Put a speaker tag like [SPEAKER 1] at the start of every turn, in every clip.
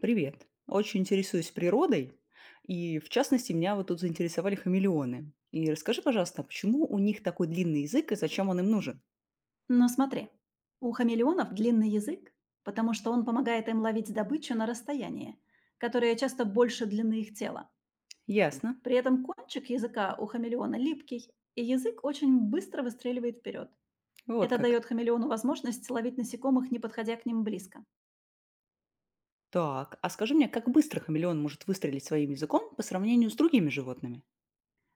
[SPEAKER 1] Привет. Очень интересуюсь природой, и в частности меня вот тут заинтересовали хамелеоны. И расскажи, пожалуйста, почему у них такой длинный язык и зачем он им нужен?
[SPEAKER 2] Но смотри, у хамелеонов длинный язык, потому что он помогает им ловить добычу на расстоянии, которое часто больше длины их тела.
[SPEAKER 1] Ясно.
[SPEAKER 2] При этом кончик языка у хамелеона липкий, и язык очень быстро выстреливает вперед.
[SPEAKER 1] Вот
[SPEAKER 2] Это
[SPEAKER 1] как.
[SPEAKER 2] дает хамелеону возможность ловить насекомых, не подходя к ним близко.
[SPEAKER 1] Так, а скажи мне, как быстро хамелеон может выстрелить своим языком по сравнению с другими животными?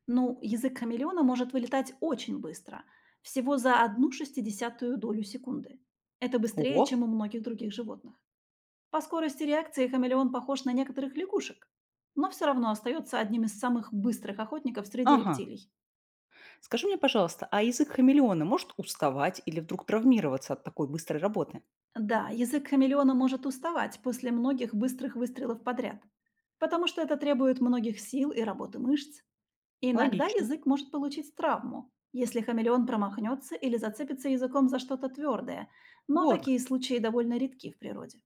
[SPEAKER 2] Ну, язык хамелеона может вылетать очень быстро, всего за 1/60 долю секунды. Это быстрее,
[SPEAKER 1] Ого.
[SPEAKER 2] чем у многих других животных. По скорости реакции хамелеон похож на некоторых лягушек, но все равно остается одним из самых быстрых охотников среди
[SPEAKER 1] Ага.
[SPEAKER 2] рептилий.
[SPEAKER 1] Скажи мне, пожалуйста, а язык хамелеона может уставать или вдруг травмироваться от такой быстрой работы?
[SPEAKER 2] Да, язык хамелеона может уставать после многих быстрых выстрелов подряд, потому что это требует многих сил и работы мышц. И иногда
[SPEAKER 1] Логично.
[SPEAKER 2] язык может получить травму, если хамелеон промахнется или зацепится языком за что-то твердое, но
[SPEAKER 1] Вот.
[SPEAKER 2] такие
[SPEAKER 1] как.
[SPEAKER 2] случаи довольно редки в природе.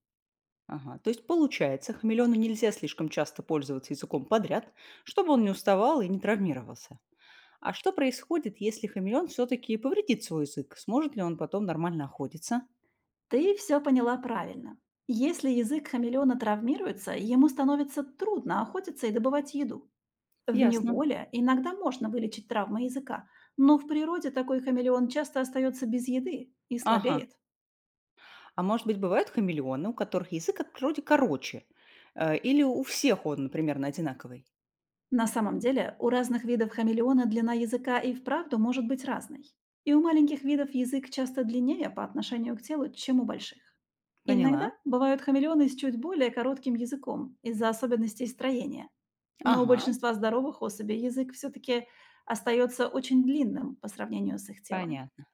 [SPEAKER 1] Ага, то есть получается, хамелеону нельзя слишком часто пользоваться языком подряд, чтобы он не уставал и не травмировался. А что происходит, если хамелеон все-таки повредит свой язык? Сможет ли он потом нормально охотиться?
[SPEAKER 2] Ты все поняла правильно. Если язык хамелеона травмируется, ему становится трудно охотиться и добывать еду. В
[SPEAKER 1] Ясно.
[SPEAKER 2] неволе иногда можно вылечить травмы языка, но в природе такой хамелеон часто остается без еды и
[SPEAKER 1] Ага.
[SPEAKER 2] слабеет.
[SPEAKER 1] А может быть, бывают хамелеоны, у которых язык от природы короче? Или у всех он, примерно, одинаковый?
[SPEAKER 2] На самом деле, у разных видов хамелеона длина языка и вправду может быть разной. И у маленьких видов язык часто длиннее по отношению к телу, чем у больших. Иногда
[SPEAKER 1] Поняла.
[SPEAKER 2] бывают хамелеоны с чуть более коротким языком из-за особенностей строения. Но у
[SPEAKER 1] Ага,
[SPEAKER 2] большинства здоровых особей язык все-таки остается очень длинным по сравнению с их телом.
[SPEAKER 1] понятно.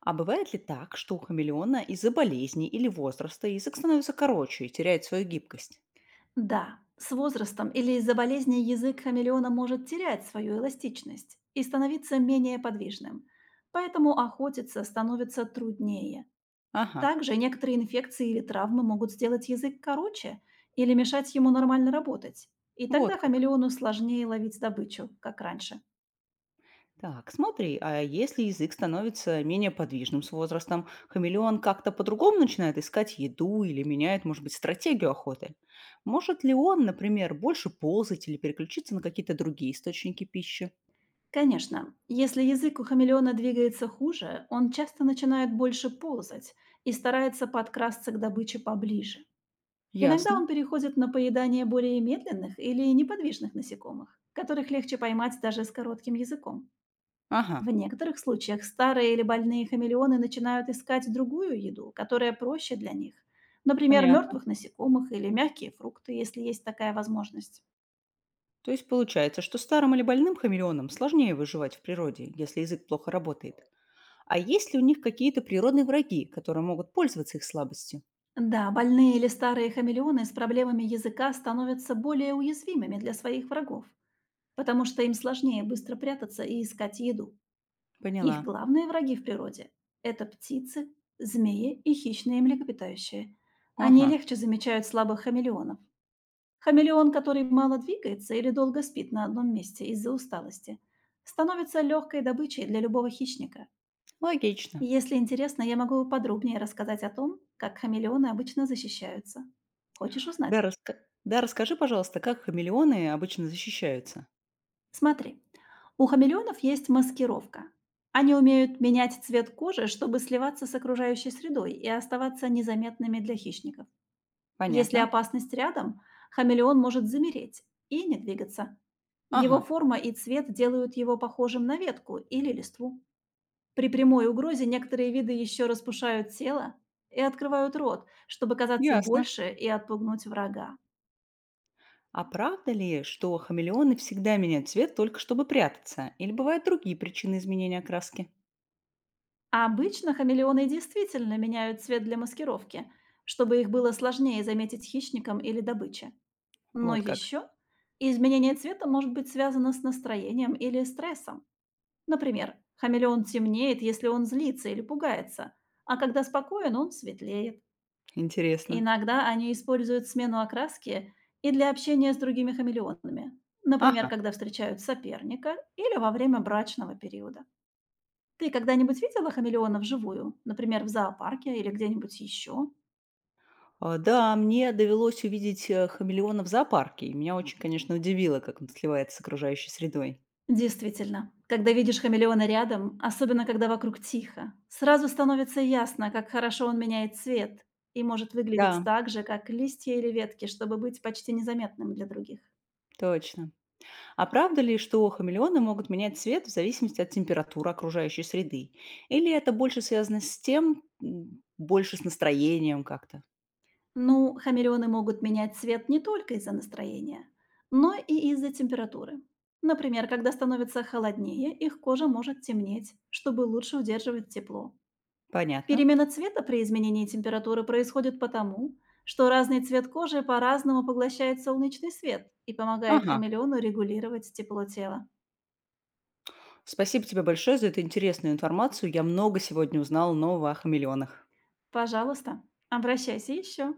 [SPEAKER 1] А бывает ли так, что у хамелеона из-за болезни или возраста язык становится короче и теряет свою гибкость?
[SPEAKER 2] Да, с возрастом или из-за болезни язык хамелеона может терять свою эластичность и становиться менее подвижным, поэтому охотиться становится труднее.
[SPEAKER 1] Ага,
[SPEAKER 2] Также некоторые инфекции или травмы могут сделать язык короче или мешать ему нормально работать, и
[SPEAKER 1] вот
[SPEAKER 2] тогда
[SPEAKER 1] как.
[SPEAKER 2] хамелеону сложнее ловить добычу, как раньше.
[SPEAKER 1] Так, смотри, а если язык становится менее подвижным с возрастом, хамелеон как-то по-другому начинает искать еду или меняет, может быть, стратегию охоты? Может ли он, например, больше ползать или переключиться на какие-то другие источники пищи?
[SPEAKER 2] Конечно, если язык у хамелеона двигается хуже, он часто начинает больше ползать и старается подкрасться к добыче поближе. Иногда
[SPEAKER 1] Ясно.
[SPEAKER 2] он переходит на поедание более медленных или неподвижных насекомых, которых легче поймать даже с коротким языком.
[SPEAKER 1] Ага,
[SPEAKER 2] В некоторых случаях старые или больные хамелеоны начинают искать другую еду, которая проще для них. Например,
[SPEAKER 1] понятно.
[SPEAKER 2] мертвых насекомых или мягкие фрукты, если есть такая возможность.
[SPEAKER 1] То есть получается, что старым или больным хамелеонам сложнее выживать в природе, если язык плохо работает. А есть ли у них какие-то природные враги, которые могут пользоваться их слабостью?
[SPEAKER 2] Да, больные или старые хамелеоны с проблемами языка становятся более уязвимыми для своих врагов, потому что им сложнее быстро прятаться и искать еду. Их
[SPEAKER 1] Поняла.
[SPEAKER 2] главные враги в природе – это птицы, змеи и хищные млекопитающие. Они
[SPEAKER 1] Ага,
[SPEAKER 2] легче замечают слабых хамелеонов. Хамелеон, который мало двигается или долго спит на одном месте из-за усталости, становится легкой добычей для любого хищника.
[SPEAKER 1] логично.
[SPEAKER 2] Если интересно, я могу подробнее рассказать о том, как хамелеоны обычно защищаются. Хочешь
[SPEAKER 1] Да,
[SPEAKER 2] узнать?
[SPEAKER 1] раска да, расскажи, пожалуйста, как хамелеоны обычно защищаются?
[SPEAKER 2] Смотри, у хамелеонов есть маскировка. Они умеют менять цвет кожи, чтобы сливаться с окружающей средой и оставаться незаметными для хищников. Если
[SPEAKER 1] Понятно.
[SPEAKER 2] опасность рядом, хамелеон может замереть и не двигаться. Его
[SPEAKER 1] Ага,
[SPEAKER 2] форма и цвет делают его похожим на ветку или листву. При прямой угрозе некоторые виды еще распушают тело и открывают рот, чтобы казаться
[SPEAKER 1] ясно.
[SPEAKER 2] больше и отпугнуть врага.
[SPEAKER 1] А правда ли, что хамелеоны всегда меняют цвет только чтобы прятаться? Или бывают другие причины изменения окраски?
[SPEAKER 2] А обычно хамелеоны действительно меняют цвет для маскировки, чтобы их было сложнее заметить хищникам или добыче. Но
[SPEAKER 1] Вот как.
[SPEAKER 2] еще изменение цвета может быть связано с настроением или стрессом. Например, хамелеон темнеет, если он злится или пугается, а когда спокоен, он светлеет.
[SPEAKER 1] Интересно.
[SPEAKER 2] Иногда они используют смену окраски и для общения с другими хамелеонами. Например,
[SPEAKER 1] Ага.
[SPEAKER 2] когда встречают соперника или во время брачного периода. Ты когда-нибудь видела хамелеона вживую? Например, в зоопарке или где-нибудь еще?
[SPEAKER 1] А, да, мне довелось увидеть хамелеона в зоопарке, и меня очень, конечно, удивило, как он сливается с окружающей средой.
[SPEAKER 2] Действительно, когда видишь хамелеона рядом, особенно когда вокруг тихо, сразу становится ясно, как хорошо он меняет цвет и может выглядеть
[SPEAKER 1] Да,
[SPEAKER 2] так же, как листья или ветки, чтобы быть почти незаметным для других.
[SPEAKER 1] точно. А правда ли, что хамелеоны могут менять цвет в зависимости от температуры окружающей среды? Или это больше связано с тем, больше с настроением как-то?
[SPEAKER 2] Ну, хамелеоны могут менять цвет не только из-за настроения, но и из-за температуры. Например, когда становится холоднее, их кожа может темнеть, чтобы лучше удерживать тепло.
[SPEAKER 1] Понятно.
[SPEAKER 2] Перемена цвета при изменении температуры происходит потому, что разный цвет кожи по-разному поглощает солнечный свет и помогает
[SPEAKER 1] Ага.
[SPEAKER 2] хамелеону регулировать тепло тела.
[SPEAKER 1] Спасибо тебе большое за эту интересную информацию. Я много сегодня узнала нового о хамелеонах.
[SPEAKER 2] Пожалуйста, обращайся еще.